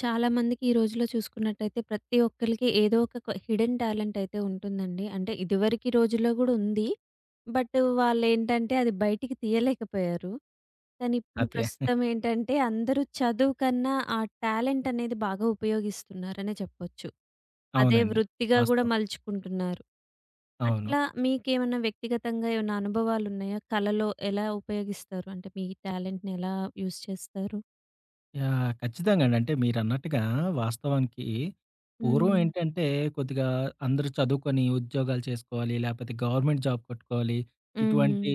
చాలా మందికి ఈ రోజుల్లో చూసుకున్నట్టయితే ప్రతి ఒక్కరికి ఏదో ఒక హిడెన్ టాలెంట్ అయితే ఉంటుందండి. అంటే ఇదివరకు రోజుల్లో కూడా ఉంది. బట్ వాళ్ళు ఏంటంటే అది బయటికి తీయలేకపోయారు. కానీ ఇప్పుడు అదే. ప్రస్తుతం ఏంటంటే అందరూ చదువు కన్నా ఆ టాలెంట్ అనేది బాగా ఉపయోగిస్తున్నారనే చెప్పొచ్చు. అదే అవునండి. వృత్తిగా కూడా వాస్తవం. మలుచుకుంటున్నారు. అవును. అట్లా మీకేమన్నా వ్యక్తిగతంగా ఏమైనా అనుభవాలు ఉన్నాయా? కళలో ఎలా ఉపయోగిస్తారు? అంటే మీ టాలెంట్‌ని ఎలా యూజ్ చేస్తారు? యాహ్! ఖచ్చితంగా అండి. అంటే మీరన్నట్టుగా వాస్తవానికి పూర్వం హ్మ్. ఏంటంటే కొద్దిగా అందరూ చదువుకొని ఉద్యోగాలు చేసుకోవాలి, లేపోతే గవర్నమెంట్ జాబ్ కొట్టుకోవాలి. ఇటువంటి హ్మ్.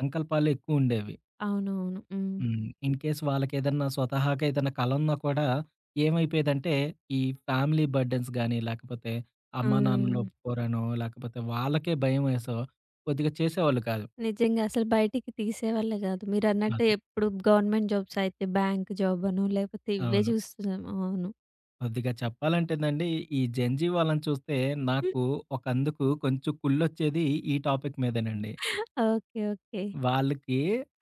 సంకల్పాలు ఎక్కువుండేవి. అవునవును. హ్మ్. హ్మ్. ఇన్ కేస్ వాళ్ళకేదన్నా స్వతహాగా ఏదన్నా కల ఉన్నా కూడా ఏమైపోయేదంటే ఈ ఫ్యామిలీ బర్డెన్స్ గాని, లేకపోతే ఆ! అమ్మా నాన్నలు ఒప్పుకోరనో, లేకపోతే వాళ్ళకే భయమేసో కొద్దిగా చేసేవాళ్ళు కాదు. నిజంగా అసలు బయటికి తీసేవాళ్ళే గాదు. మీరన్నట్టు అదే. ఎప్పుడు గవర్నమెంట్ జాబ్స్ అయితే బ్యాంక్ జాబ్ అనో లేకపోతే ఇవే అవును. చూస్తున్నాం. అవును. కొద్దిగా చెప్పాలంటేనండి, ఈ 'జంజీ' వాళ్ళని చూస్తే నాకు ఒకందుకు కొంచెం కుళ్ళొచ్చేది ఈ టాపిక్ మీదేనండి. ఓకే. ఓకే. వాళ్ళకి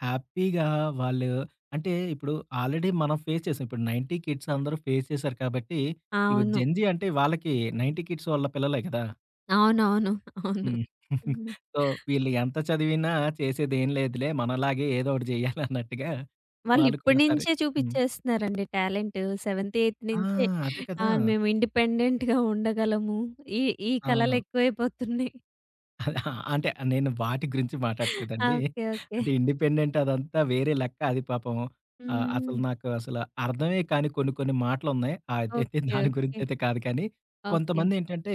హ్యాపీగా వాళ్ళు అంటే ఇప్పుడు ఆల్రెడీ మనం ఫేస్ చేసాం. ఇప్పుడు 90 కిడ్స్ అందరూ ఫేస్ చేసారు కాబట్టి, ఇవి అవును. 'జెన్‌జీ' అంటే వాళ్ళకి 90 కిడ్స్ వాళ్ళ పిల్లలే కదా! అవునవును. అవును. హ్మ్. హ్మ్. సో, వీళ్ళు ఎంత చదివినా చేసేదేం లేదులే మనలాగే ఏదో ఒకటి జేయాలన్నట్టుగా వాళ్ళు వాళ్ళు ఇప్పటి కూడా సరే నుంచే హ్మ్. చూపించేస్తున్నారండి టాలెంట్. సెవెంత్, ఎయిత్ ఆ! నుంచే అదే కదా! మేము ఇండిపెండెంట్‌గా ఉండగలము. ఈ ఈ అవును. కలలు ఎక్కువైపోతున్నాయి. అదే. ఆ! అంటే నేను వాటి గురించి మాట్లాడట్లేదండి. ఓకే. ఓకే. అంటే ఇండిపెండెంట్ అదంతా వేరే లెక్క అది పాపం. అసలు హ్మ్. నాకు అసలు అర్థమే కాని కొన్ని కొన్ని మాటలున్నాయి. అదైతే ఓకే. దాని ఓకే. గురించయితే కాదు కానీ, ఓకే. కొంతమందేంటంటే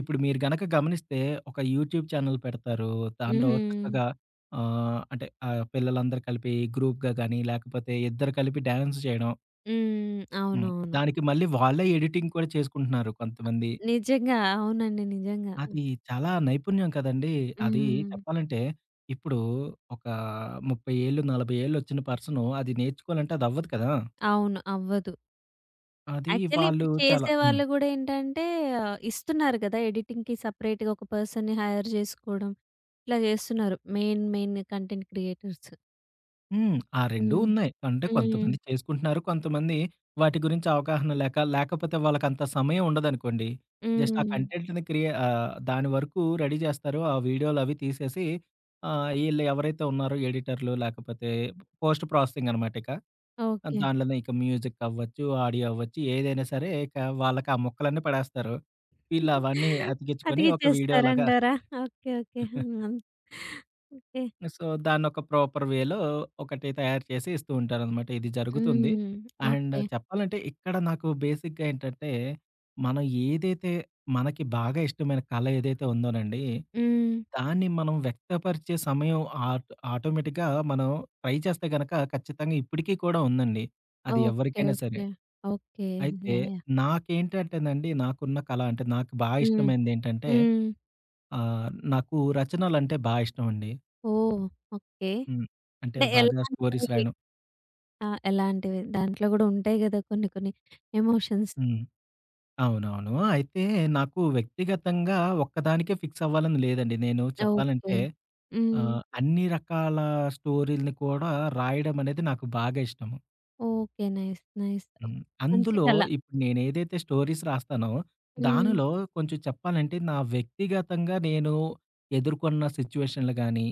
ఇప్పుడు మీరు గనక గమనిస్తే ఒక యూట్యూబ్ ఛానెల్ పెడతారు. దాంట్లో హ్మ్. చక్కగా పిల్లలందరూ కలిపి గ్రూప్‌గా గాని, లేకపోతే ఇద్దరు కలిపి డాన్స్ చేయడం. హ్మ్. హ్మ్. అవునవును. దానికి మళ్ళీ వాళ్ళే ఎడిటింగ్ కూడా చేసుకుంటున్నారు కొంతమంది. నిజంగా. అవునండి. నిజంగా. అది చాలా నైపుణ్యం కదండీ! అది హ్మ్. చెప్పాలంటే, ఇప్పుడు ఒక 30 ఏళ్ళు, 40 ఏళ్ళొచ్చిన పర్సను అది నేర్చుకోవాలంటే అది అవ్వదు కదా! అవును. అవ్వదు. అది యాక్చువల్లీ ఇప్పుడు వాళ్ళు చాలా హ్మ్. చేసేవాళ్ళు గూడా ఏంటంటే ఇస్తున్నారు గదా! ఎడిటింగ్‌కి సెపరేట్‌గా ఒక పర్సన్‌ని హైర్ జేసుకోవడం. ఇట్లా జేస్తున్నారు. Main main content creators. హ్మ్. ఆ 2 హ్మ్. ఉన్నాయి. అంటే హ్మ్. కొంతమంది చేసుకుంటున్నారు. కొంతమంది వాటి గురించి అవగాహన లేక, లేకపోతే వాళ్ళకంత సమయం ఉండదనుకోండి. జస్ట్ ఆ హ్మ్. దాని వరకు రెడీ జేస్తారు. ఆ వీడియోలవి తీసేసి ఈళ్ళు ఎవరైతే ఉన్నారో ఎడిటర్లు లేకపోతే పోస్ట్ ప్రాసెసింగ్ అనమాట ఇక. ఓకే. దాంట్లోనే ఇక మ్యూజిక్ అవ్వచ్చు, ఆడియో అవ్వచ్చు ఏదైనా సరే ఇక వాళ్ళకి ఆ ముక్కలన్నీ పడేస్తారు. వీళ్ళు అవన్నీ అతికించుకొని ఒక వీడియోలాగా అతికిచ్చేస్తారంటారా? ఓకే. ఓకే. హ్మ్. ఓకే. సో, దాన్నొక ప్రాపర్ వేలో ఒకటి తయారు చేసి ఇస్తూ ఉంటారనమాట. ఇది జరుగుతుంది. హ్మ్. And okay. చెప్పాలంటే ఇక్కడ నాకు బేసిక్‌గా ఏంటంటే, మనం ఏదైతే మనకి బాగా ఇష్టమైన కళ ఏదైతే ఉందోనండి, హ్మ్. దాన్ని మనం వ్యక్తపరిచే సమయం ఆటోమేటిక్‌గా మనం ట్రై చేస్తే గనక ఖచ్చితంగా ఇప్పటికీ కూడా ఉందండి. అది ఓకే. ఎవరికైనా సరే. ఓకే. ఓకే. అయితే యాహ్! యాహ్! నాకేంటంటేనండి, నాకున్న కళ అంటే నాకు బా హ్మ్. ఇష్టమైనదేంటంటే హ్మ్. నాకు రచనలంటే బా ఇష్టమండి. ఓహ్! ఓకే. హ్మ్. అంటే అంటే బాగా స్టోరీస్ ఎలాంటివి? రాయడం. ఆ! ఎలాంటివి? దాంట్లో గూడా ఉంటాయి గదా! కొన్ని కొన్ని ఎమోషన్స్. హ్మ్. అవునవును. అయితే నాకు వ్యక్తిగతంగా ఒక్కదానికే ఫిక్స్ అవ్వాలని లేదండి. నేను ఓకే. చెప్పాలంటే హ్మ్. అన్ని రకాల స్టోరీలని కూడా రాయడం అనేది నాకు బాగా ఇష్టము. ఓకే. నైస్. నైస్. హ్మ్. మంచి అందులో కళ. ఇప్పుడు నేనేదైతే స్టోరీస్ రాస్తానో హ్మ్. దానిలో కొంచెం చెప్పాలంటే నా వ్యక్తిగతంగా నేను ఎదుర్కొన్న సిట్యుయేషన్‌లు గాని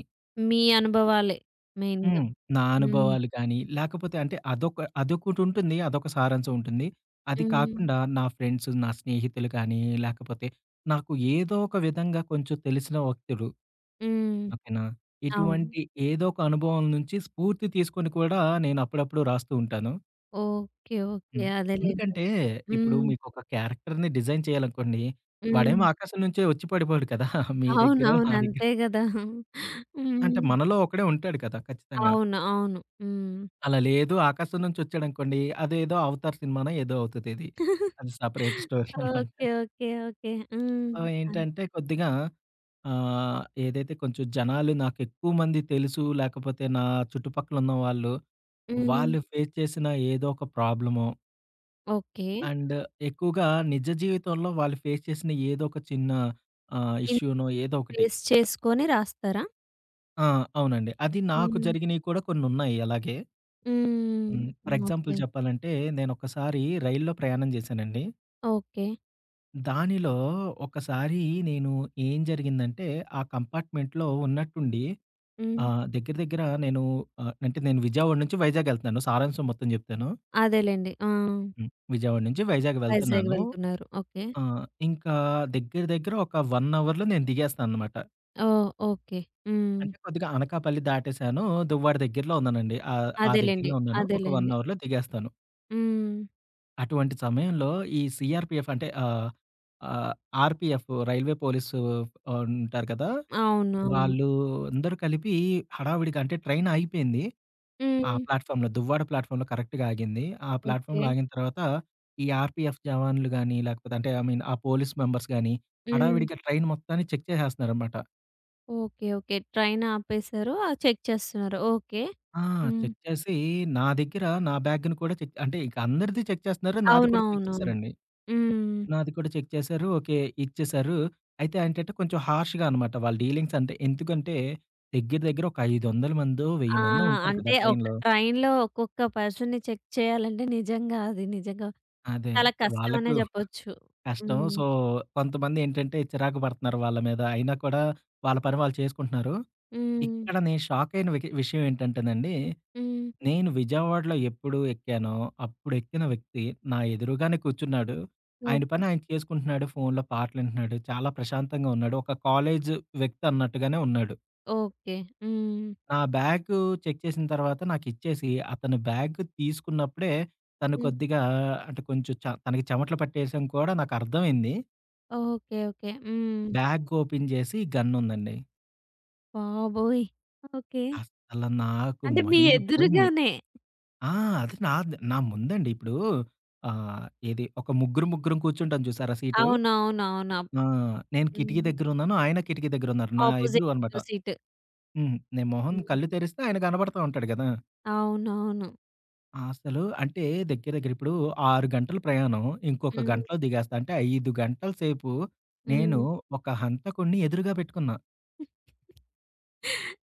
మీ అనుభవాలే మెయిన్‌గా. హ్మ్. నా హ్మ్. అనుభవాలు కానీ, లేకపోతే అంటే అదొక అదొకటుంటుంది. అదొక సారాంశం ఉంటుంది. అది హ్మ్. కాకుండా నా ఫ్రెండ్స్, నా స్నేహితులు కానీ, లేకపోతే నాకు ఏదో ఒక విధంగా కొంచెం తెలిసిన వ్యక్తులు హ్మ్. ఓకేనా? అవును. ఇటువంటి ఏదో ఒక అనుభవం నుంచి స్ఫూర్తి తీసుకొని కూడా నేను అప్పుడప్పుడు రాస్తూ ఉంటాను. ఓకే. ఓకే. హ్మ్. అదేలెండి. ఎందుకంటే అదే. ఇప్పుడు హ్మ్. మీకొక క్యారెక్టర్‌ని డిజైన్ చేయాలనుకోండి, హ్మ్. వాడేమో ఆకాశం నుంచే వచ్చి పడిపోడు కదా! మీ దగ్గర, నా అవునవును. దగ్గర అంతే గదా! అంటే హ్మ్. మనలో ఒకడే ఉంటాడు కదా! ఖచ్చితంగా. అవును. అవును. హ్మ్. అలా లేదు. 'ఆకాశం నుంచి వచ్చాడనుకోండి' అదేదో 'అవతార్' సినిమానో ఏదో అవుతదిది. అది సెపరేట్ స్టోరీ అనమాట. ఓకే. ఓకే. ఓకే. హ్మ్. సో, అన్ ఏంటంటే కొద్దిగా ఏదైతే కొంచెం జనాలు నాకెక్కువ మంది తెలుసు, లేకపోతే నా చుట్టుపక్కల ఉన్నవాళ్ళు, వాళ్ళు హ్మ్. వాళ్ళు ఫేస్ చేసిన ఏదో ఒక ప్రాబ్లమో ఓకే. అండ్ ఎక్కువగా నిజ జీవితంలో వాళ్ళు ఫేస్ చేసిన ఏదో ఒక చిన్న ఇన్ ఇష్యూనో ఏదో ఒకటి బేస్ చేసుకొని రాస్తారా? ఆ! అవునండి. అది నాకు హ్మ్. జరిగినయి కూడా కొన్నున్నాయి అలాగే. హ్మ్. హ్మ్. For example okay. చెప్పాలంటే నేనొకసారి రైల్లో ప్రయాణం చేశానండి. ఓకే. దానిలో ఒకసారి నేను ఏం జరిగిందంటే, ఆ కంపార్ట్‌మెంట్‌లో ఉన్నట్టుండి హ్మ్. దగ్గర దగ్గర నేను అంటే నేను విజయవాడ నుంచి వైజాగ్ ఎళ్తున్నాను. సారాంశం మొత్తం జెప్తాను. అదేలెండి. ఆ! హ్మ్. విజయవాడ నుంచి వైజాగ్ వైజాగ్ వెళ్తున్నాను. వెళ్తున్నారు. ఓకే. ఇంకా దగ్గర దగ్గర ఒక 1 అవర్‌లో నేను దిగేస్తాననమాట. ఓహ్! ఓకే. హ్మ్. అంటే కొద్దిగా అనకాపల్లి దాటేసాను. దువ్వాడ దగ్గరలో ఉన్నానండి. ఆ అదేలెండి. దగ్గరలో ఉన్నాను. ఒక 1 అదేలెండి. అవర్‌లో దిగేస్తాను. హ్మ్. అటువంటి సమయంలో ఈ సీఆర్‌పీఎఫ్ అంటే ఆహ్, ఆహ్, ఆర్‌పీఎఫ్ రైల్వే పోలీసు ఉంటారు కదా! అవును. అవును. వాళ్ళు అందరూ కలిపి హడావిడిగా అంటే ట్రైన్ ఆగిపోయింది. ఆ హ్మ్. ప్లాట్‌ఫార్మ్‌లో దువ్వాడ ప్లాట్‌ఫార్మ్‌లో కరెక్ట్‌గా ఆగింది. ఆ ఓకే. ప్లాట్‌ఫార్మ్‌లో ఆగిన తర్వాత ఈ ఆర్‌పీఎఫ్ జవాన్లు గాని, లేకపోతే అంటే ఐ మీన్ ఆ పోలీస్ మెంబర్స్ గాని హ్మ్. హడావిడిగా ట్రైన్ మొత్తాన్ని చెక్ చేసేస్తున్నారనమాట. ఓకే. ఓకే. ట్రైన్ ఆపేశారు. చెక్ చేస్తున్నారు. ఓకే. ఆ! హ్మ్. చెక్ చేసి నా దగ్గర నా బ్యాగ్‌ని కూడా చెక్ అంటే ఇక అందరిది చెక్ చేస్తున్నారు. నాది కూడా చెక్ అవునవునవును. చేశారండి. హ్మ్. నాది కూడా చెక్ చేశారు. ఓకే. ఇచ్చేశారు. అయితే ఏంటంటే కొంచెం హార్ష్‌గా అనమాట వాళ్ళ డీలింగ్స్ అంటే ఎందుకంటే దగ్గర దగ్గర ఒక 500 మందో, 1000 ఆ! మందో ఉంటారు కదా! అంటే ఒక ట్రైన్‌లో. ట్రైన్‌లో ఒక్కొక్క పర్సన్‌ని చెక్ చేయాలంటే నిజంగా అది నిజంగా అదే. చాలా కష్టం అనే వాళ్ళకు చెప్పొచ్చు. కష్టం. హ్మ్. సో, కొంతమందేంటంటే చిరాకు పడుతున్నారు వాళ్ళ మీద. అయినా కూడా వాళ్ళ పని వాళ్ళు చేసుకుంటున్నారు. హ్మ్. ఇక్కడ నేను షాకయిన వికి విషయం ఏంటంటేనండి, హ్మ్. నేను విజయవాడలో ఎప్పుడు ఎక్కానో, అప్పుడు ఎక్కిన వ్యక్తి నా ఎదురుగానే కూర్చున్నాడు. ఆయన ఓకే. పని ఆయన చేసుకుంటున్నాడు. ఫోన్‌లో పాటలింటున్నాడు. చాలా ప్రశాంతంగా ఉన్నాడు. ఒక కాలేజ్ వ్యక్తి అన్నట్టుగానే ఉన్నాడు. ఓకే. హ్మ్. నా బ్యాగు చెక్ చేసిన తర్వాత నాకిచ్చేసి, అతను బ్యాగ్ తీసుకున్నప్పుడే తను హ్మ్. కొద్దిగా అంటే కొంచెం చ తనకి చెమటలు పట్టేయడం కూడా నాకర్థమైంది. ఓకే. ఓకే. హ్మ్. బ్యాగ్ ఓపెన్ జేసి గన్నుందండి. బాబోయ్! ఓకే. అసల నాకు అంటే మీ మైండ్ పోయింది. ఎదురుగానే. ఆ! అది నాద్ నా ముందండి. ఇప్పుడు ఏది ఒక ముగ్గురు, ముగ్గురం కూర్చుంటాం చూసారా సీటు? అవునవునవును. ఆ! నేను కిటికీ హ్మ్. దగ్గరున్నాను. ఆయన కిటికీ దగ్గరున్నారు. నా ఎదురు అనమాట. Opposite seat. హ్మ్. నేను మొహం హ్మ్. కళ్ళు తెరిస్తే ఆయన కనబడతా ఉంటాడు గదా! అవునవును. అసలు అంటే దగ్గర దగ్గర ఇప్పుడు 6 గంటలు ప్రయాణం. ఇంకొక హ్మ్. గంటలో దిగేస్తా. అంటే 5 గంటల సేపు నేను హ్మ్. ఒక హంతకుడిని ఎదురుగా పెట్టుకున్నా.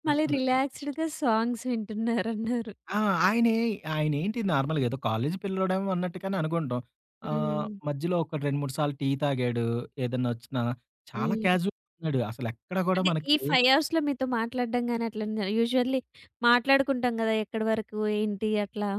మళ్ళీ అసల రిలాక్స్‌డ్‌గా సాంగ్స్ వింటున్నారన్నారు. ఆ! ఆయనే ఆయనేంటి నార్మల్‌గా ఏదో కాలేజీ పిల్లోడేమో అన్నట్టుగానే అనుకుంటాం. హ్మ్. మధ్యలో ఒక 2, 3 సార్లు టీ తాగాడు. ఏదన్నా వచ్చినా చాలా హ్మ్. క్యాజువల్‌గా ఉన్నాడు. అసలెక్కడ కూడా అంటే మనకి ఈ 5 అవర్స్‌లో మీతో మాట్లాడడం గాని అట్లన యూజువల్లీ మాట్లాడుకుంటాం గదా! ఎక్కడి వరకు ఏంటి అట్లా.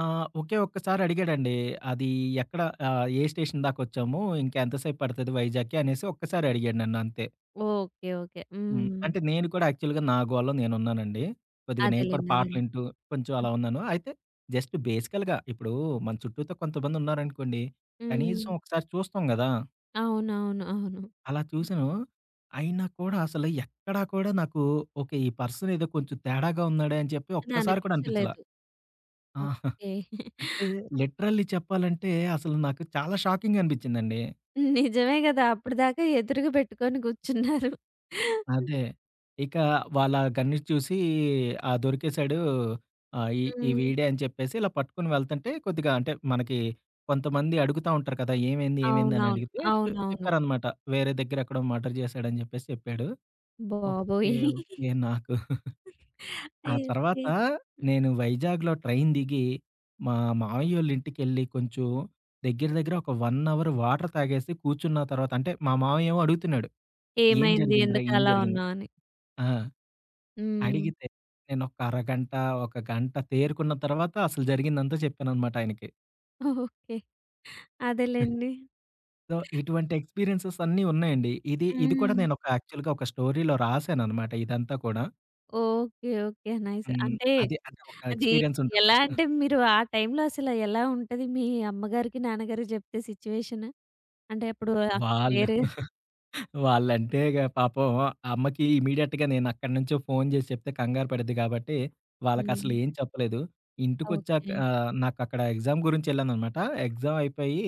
ఒకే ఒక్కసారి అడిగాడండి. అది ఎక్కడ ఏ స్టేషన్ దాకొచ్చాము? ఇంకా ఎంతసేపు పడతది వైజాగ్‌కి అనేసి ఒక్కసారి అడిగాడు నన్ను అంతే. ఓకే. ఓకే. హ్మ్. హ్మ్. అంటే నేను కూడా యాక్చువల్‌గా నా గోలలో నేనున్నానండి. కొద్దిగా నేను కూడా అదేలెండి. అదేలెండి. పాటలింటూ కొంచెం అలా ఉన్నాను. అయితే జస్ట్ బేసికల్‌గా ఇప్పుడు మన చుట్టూతో కొంతమంది ఉన్నారనుకోండి. కనీసం హ్మ్. ఒకసారి చూస్తాం గదా! అవునవును. అవును. అలా చూసాను. అయినా కూడా అసలు ఎక్కడా కూడా నాకు ఓకే. ఈ పర్సన్ ఏదో కొంచెం తేడాగా ఉన్నాడే అని చెప్పి అని ఒక్కసారి కూడా అనిపించలా. అనిపించలేదు. ఆ! ఓకే. అంటే లిటరల్లీ చెప్పాలంటే అసలు నాకు చాలా షాకింగ్‌గా అనిపించిందండి. నిజమే గదా! అప్పటిదాకా ఎదురుగా పెట్టుకొని కూర్చున్నారు. అదే. ఇక వాళ్ళ గన్ను చూసి ఆ! దొరికేసాడు. ఆహ్, ఈ ఈ హ్మ్. వీడే అని చెప్పేసి ఇలా పట్టుకొని వెళ్తుంటే కొద్దిగా అంటే మనకి కొంతమంది అడుగుతా ఉంటారు కదా! ఏమైంది? ఏమైంది? అని అవునవును. అడిగితే చె అవునవును. చెప్పారనమాట. వేరే దగ్గర ఎక్కడో మర్డర్ చేశాడని చెప్పేసి చెప్పాడు. ఓకే. బాబోయ్! ఓకే. నాకు ఆ ఓకే. తర్వాత నేను వైజాగ్‌లో ట్రైన్ దిగి, మా మామయ్యోళ్ళ ఇంటికెళ్ళి కొంచెం దగ్గర దగ్గర ఒక 1 అవర్ వాటర్ తాగేసి కూర్చున్న తర్వాత అంటే మా మామయ్య ఏమో అడుగుతున్నాడు. "ఏం ఏమైంది? జరిగిందిరా? ఏం ఎందుకలా జరిగింది?" ఉన్నావు అని. ఆ! హ్మ్. అడిగితే నేనొక అరగంట, ఒక గంట తేరుకున్న తర్వాత అసలు జరిగిందంతా చెప్పాననమాట ఆయనకి. ఓకే. అదేలెండి. సో, ఇటువంటి ఎక్స్‌పీరియన్సెస్ అన్నీ ఉన్నాయండి. ఇది ఇది కూడా హ్మ్. నేను ఒక యాక్చువల్‌గా ఒక స్టోరీలో రాసాననమాట ఇదంతా కూడా. ఓకే. ఓకే. నైస్. హ్మ్. అంటే అది అంటే ఒక అది ఎక్స్‌పీరియన్స్ ఉంటది ఎలా కదా! అంటే మీరు ఆ టైంలో అసలు ఎలా ఉంటది మీ అమ్మగారికి, నాన్నగారికి జెప్తే సిట్యుయేషన్? అంటే అప్పుడు అక్కడ వాళ్ళు లేరు. వాళ్ళంటే ఇగ పాపం ఆ అమ్మకి ఇమ్మీడియేట్‌గా నేనక్కడి నుంచో ఫోను జేసి చెప్తే కంగారు పడిద్ది కాబట్టి, వాళ్ళకసలు హ్మ్. ఏం చెప్పలేదు. ఇంటికొచ్చాక ఓకే. నాకక్కడ ఎగ్జామ్ గురించెళ్ళాననమాట. ఎగ్జామ్ అయిపోయి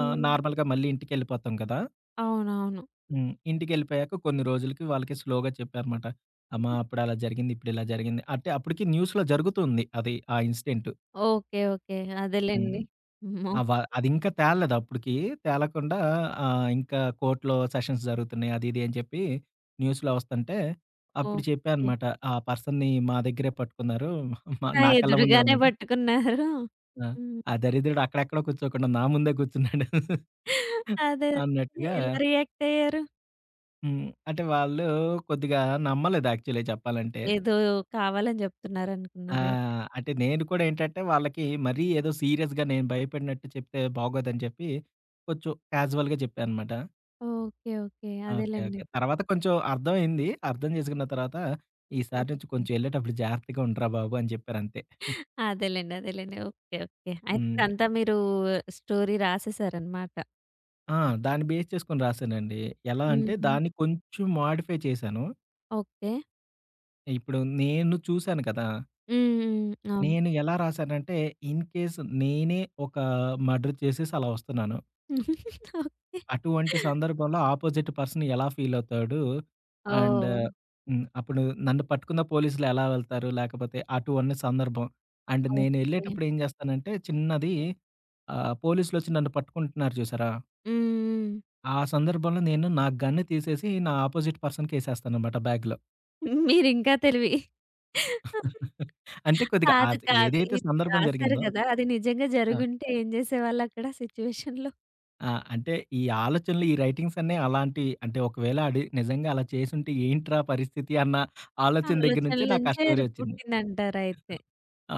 నార్మల్‌గా మళ్ళీ ఇంటికెళ్ళిపోతాం కదా! అవునవును. హ్మ్. ఇంటికెళ్ళిపోయాక కొన్ని రోజులకి వాళ్ళకి స్లోగా చెప్పానమాట. అమ్మా! అప్పుడలా జరిగింది, ఇప్పుడిలా జరిగింది. అంటే అప్పటికి న్యూస్‌లో జరుగుతుంది అది ఆ ఇన్సిడెంటు. ఓకే. ఓకే. హ్మ్. అదేలెండి. హ్మ్. ఆ! వ అదింకా తేలలేదు అప్పటికి. తేలకుండా ఇంకా కోర్ట్‌లో సెషన్స్ జరుగుతున్నాయి. అది, ఇది అని చెప్పి న్యూస్‌లో వస్తుంటే, అప్పుడు చెప్పా ఓకే. అనమాట. ఆ పర్సన్‌ని మా దగ్గరే పట్టుకున్నారు. మా నా నా కళ్ళ ముందే ఎదురుగానే ఉన్నాడు. పట్టుకున్నారు. ఆ! హ్మ్. ఆ దరిద్రుడు అక్కడెక్కడో కూర్చోకుండా నా ముందే కూర్చున్నాడు అదే. అన్నట్టుగా ఎలా రియాక్ట్ అయ్యారు? హ్మ్. అంటే వాళ్ళు కొద్దిగా నమ్మలేదు యాక్చువల్లీ చెప్పాలంటే. ఏదో కావాలని జెప్తున్నారనుకున్నారైతే. అంటే నేను కూడా ఏంటంటే వాళ్ళకి మరీ ఏదో సీరియస్‌గా నేను భయపడినట్టు చెప్తే బాగోదని చెప్పి కొంచెం క్యాజువల్‌గా చెప్పా అనమాట. ఓకే. ఓకే. ఓకే. అదేలెండి. ఓకే. తర్వాత కొంచెం అర్థమైంది. అర్థం చేసుకున్న తర్వాత ఈసారి నుంచి హ్మ్. కొంచెం ఎళ్ళేటప్పుడు జాగ్రత్తగా ఉండరా బాబు! అని చెప్పారంతే. అదేలెండి. అదేలెండి. ఓకే. ఓకే. అయితే హ్మ్. ఇదంతా మీరు స్టోరీ రాసేసారనమాట. ఆ! దాన్ని బేస్ చేసుకొని రాసానండి. ఎలా అంటే హ్మ్. దాన్ని కొంచెం మోడిఫై చేశాను. ఓకే. ఇప్పుడు నేను చూసాను కదా! హ్మ్. హ్మ్. అవును. నేను ఎలా రాసానంటే ఇన్ కేస్ నేనే ఒక మర్డర్ చేసేసి అలా వస్తున్నాను. ఓకే. అటువంటి సందర్భంలో అపోజిట్ పర్సన్ ఎలా ఫీల్ అవుతాడు? And oh! హ్మ్. అప్పుడు నన్ను పట్టుకున్న పోలీసులు ఎలా వెళ్తారు? లేకపోతే అటువంటి సందర్భం. And okay. నేనెళ్ళేటప్పుడు ఏం చేస్తానంటే చిన్నది పోలీసులొచ్చి నన్ను పట్టుకుంటున్నారు చూసారా? హ్మ్. ఆ సందర్భంలో నేను నా గన్ను తీసేసి నా అపోజిట్ పర్సన్‌కేసేస్తాననమాట బ్యాగ్‌లో. హ్మ్. మీరింకా తెలివి. అంటే కొద్దిగా కాదు. ఆద్ కాదు. ఏదైతే ఇది సందర్భం రాసారు జరిగిందో గదా! అది నిజంగా ఆ! జరుగుంటే ఏం జేసేవాళ్ళక్కడ సిట్యుయేషన్‌లో? ఆ! అంటే ఈ ఆలోచనలు, ఈ రైటింగ్స్ అన్నీ అలాంటి అంటే ఒకవేళ ఆడు నిజంగా అలా చేసుంటే ఏంట్రా పరిస్థితి అన్న ఆలోచన దగ్గర ఆలోచనల నుంచే నాకు ఆ నుంచే స్టోరీ వచ్చింది. పుట్టిందంటారయితే.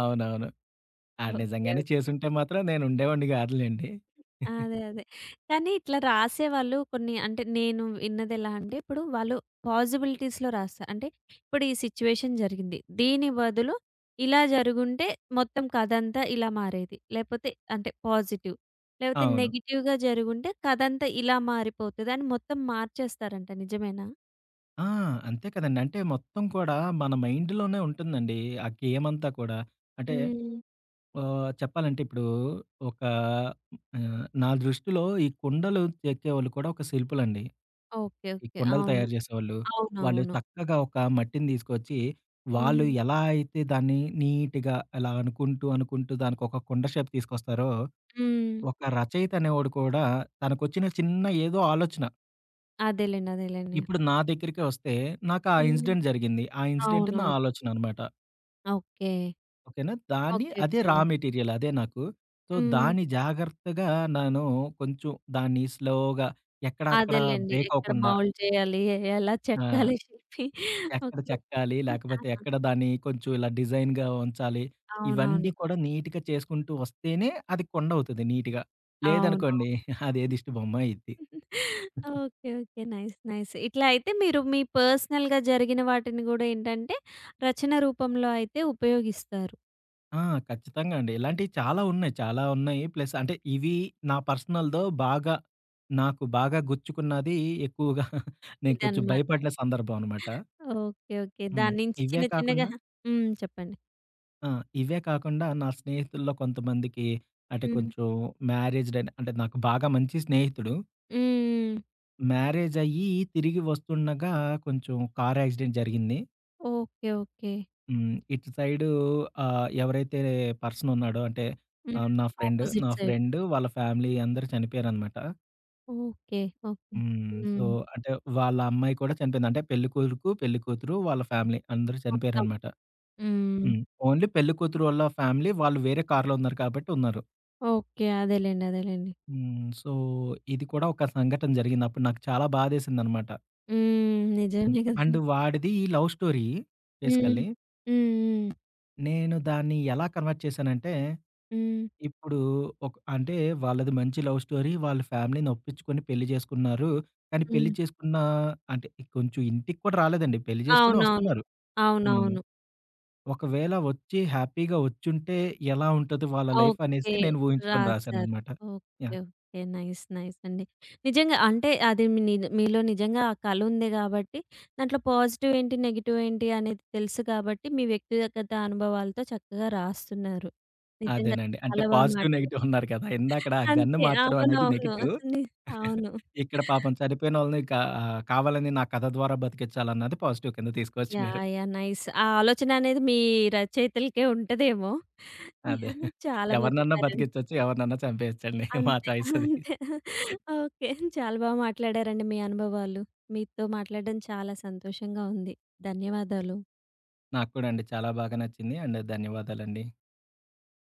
అవునవును. ఆడు ఓకే. నిజంగానే ఓకే. చేసుంటే మాత్రం నేను ఉండేవాడిని కాదులెండి. అదే. అదే. కానీ ఇట్లా రాసేవాళ్ళు కొన్ని అంటే నేను విన్నదెలా అంటే, ఇప్పుడు వాళ్ళు పాజిబిలిటీస్‌లో రాస్తారు. అంటే ఇప్పుడు ఈ సిట్యుయేషన్ జరిగింది. దీని బదులు ఇలా జరుగుంటే మొత్తం కథంతా ఇలా మారేది. లేపోతే అంటే పాజిటివ్. లేపోతే అవును. నెగెటివ్‌గా జరుగుంటే కథంతా ఇలా మారిపోతది అని మొత్తం మార్చేస్తారంట. నిజమేనా? ఆ! అంతే కదండీ. అంటే మొత్తం కూడా మన మైండ్‌లోనే ఉంటుందండి. ఆ గేమ్ అంతా కూడా. అంటే హ్మ్. చెప్పాలంటే ఇప్పుడు ఒక నా దృష్టిలో ఈ కుండలు చెక్కేవాళ్ళు కూడా ఒక శిల్పులండి. ఓకే. ఈ ఓకే. కుండలు అవును. తయారు చేసేవాళ్ళు. వాళ్ళు అవునవును. చక్కగా ఒక మట్టిని తీసుకొచ్చి, వాళ్ళు హ్మ్. ఎలా అయితే దాన్ని నీట్‌గా అలా అనుకుంటూ, అనుకుంటూ దానికొక కుండ షేప్ తీసుకొస్తారో, హ్మ్. ఒక రచయిత అనేవాడు కూడా తనకొచ్చిన చిన్న ఏదో ఆలోచన, అదేలెండి. అదేలెండి. ఇప్పుడు నా దగ్గరికే వస్తే నాకు ఆ హ్మ్. ఇన్సిడెంట్ జరిగింది. ఆ ఇన్సిడెంట్ నా అవునవును. ఆలోచన అనమాట. ఓకే. ఓకేనా? దాన్ని ఓకే. అదే రా ఓకే. మెటీరియల్ అదే నాకు. సో, హ్మ్. దాన్ని జాగ్రత్తగా నేను కొంచెం దాన్ని స్లోగా ఎక్కడా అక్కడ అదేలెండి. బ్రేక్ ఎక్కడ అవ్వకుండా మౌల్డ్ చేయాలి? ఎలా ఆ! చెక్కాలి షేప్‌ని. ఎక్కడ ఓకే. చెక్కాలి, లేకపోతే ఆహా! ఎక్కడ దాన్ని కొంచెం ఇలా డిజైన్‌గా ఉంచాలి. ఇవన్నీ అవునవును. కూడా నీట్‌గా చేసుకుంటూ వస్తేనే అది కొండవుతది నీట్‌గా. అవునవును. లేదనుకోండి అదే దిష్టి బొమ్మ అయిద్ది. ఓకే. ఓకే. నైస్. నైస్. ఇట్లా అయితే మీరు మీ పర్సనల్‌గా జరిగిన వాటిని గూడా ఏంటంటే రచన రూపంలో అయితే ఉపయోగిస్తారు. ఆ! ఖచ్చితంగా అండి. ఇలాంటివి చాలా ఉన్నాయి. చాలా ఉన్నాయి. ప్లస్ అంటే ఇవి నా పర్సనల్‌దో బాగా నాకు బాగా గుచ్చుకున్నది ఎక్కువగా నేను కొంచెం ఇదన్నమాట. భయపడిన సందర్భం అనమాట. ఓకే. ఓకే. హ్మ్. దాని నుంచి ఇవే చిన్న చిన్నగా కాకుండా హ్మ్. చెప్పండి. ఆ! ఇవే కాకుండా నా స్నేహితుల్లో కొంతమందికి అంటే హ్మ్. కొంచెం మ్యారేజ్‌డ్ అంటే నాకు బాగా మంచి స్నేహితుడు. హ్మ్. మ్యారేజయ్యి తిరిగి వస్తుండగా కొంచెం కార్ యాక్సిడెంట్ జరిగింది. ఓకే. ఓకే. హ్మ్. ఇటు సైడు ఎవరైతే పర్సన్ ఉన్నాడో అంటే హ్మ్. నా ఫ్రెండ్ నా ఆపోజిట్ సైడ్. ఫ్రెండ్ వాళ్ళ ఫ్యామిలీ అందరూ చనిపోయారనమాట. ఓకే. ఓకే. హ్మ్. సో, హ్మ్. అంటే వాళ్ళ అమ్మాయి కూడా చనిపోయింది. అంటే పెళ్లి కొడుకు, పెళ్లి కూతురు వాళ్ళ ఫ్యామిలీ అందరూ మొత్తం. చనిపోయారనమాట. హ్మ్. హ్మ్. ఓన్లీ పెళ్లి కూతురు వాళ్ళ ఫ్యామిలీ వాళ్ళు వేరే కార్‌లో ఉన్నారు కాబట్టి ఉన్నారు. ఓకే. అదేలెండి. అదేలెండి. హ్మ్. సో, ఇది కూడా ఒక సంఘటన జరిగింది. అప్పుడు నాకు చాలా బాధేసిందనమాట. హ్మ్. హ్మ్. నిజమే కదా! అండ్ వాడిది లవ్ స్టోరీ హ్మ్. బేసికల్లీ. హ్మ్. హ్మ్. నేను దాన్ని ఎలా కన్వర్ట్ చేశానంటే, హ్మ్. ఇప్పుడు ఒక అంటే వాళ్ళది మంచి లవ్ స్టోరీ. వాళ్ళ ఫ్యామిలీని ఒప్పించుకొని పెళ్లి చేసుకున్నారు. కానీ పెళ్లి హ్మ్. చేసుకున్న అంటే కొంచెం ఇంటికి కూడా రాలేదండి. పెళ్లి చేసుకొని అవునవును. వస్తున్నారు. హ్మ్. అవునవును. ఒకవేళ వచ్చి హ్యాపీగా వచ్చుంటే ఎలా ఉంటది వాళ్ళ లైఫ్ ఓకే. అనేసి నేను ఊహించుకొని రాశారు. రాశాననమాట. Okay. Yeah! Okay. Nice. Nice అండి. నిజంగా అంటే అది మీ మీలో నిజంగా ఆ కళ ఉంది కాబట్టి దాంట్లో పాజిటివ్ ఏంటి, నెగెటివ్ ఏంటి అనేది తెలుసు కాబట్టి మీ వ్యక్తిగత అనుభవాలతో చక్కగా రాస్తున్నారు. నిజంగా అదేనండి. అంటే చాలా బాగా పాజిటివ్, మాట్లాడారు. నెగెటివ్ అన్నారు కదా! ఇందాకడ గన్ అంతే. మార్చడం అనేది అవునవును. నెగెటివ్. ని అవును. ఇక్కడ పాపం చనిపోయినోళ్ళని కా కావాలని నా కథ ద్వారా బతికించాలన్నది పాజిటివ్ కింద తీసుకోవచ్చు యాహ్! మీరు. యాహ్! నైస్. ఆ ఆలోచననేది మీ రచయితలకే ఉంటదేమో. అదే. చాలా ఎవరినన్నా చెప్పారండి. బతికించొచ్చు. ఎవరినన్నా చంపేయొచ్చండి. మా అంతే. చాయిస్ అది. అంతే. ఓకే. చాలా మాట్లాడారండి మీ అనుభవాలు. మీతో మాట్లాడడం చాలా సంతోషంగా ఉంది. ధన్యవాదాలు. నాకు కూడా అండి చాలా బాగా నచ్చింది. అండ్ ధన్యవాదాలండి.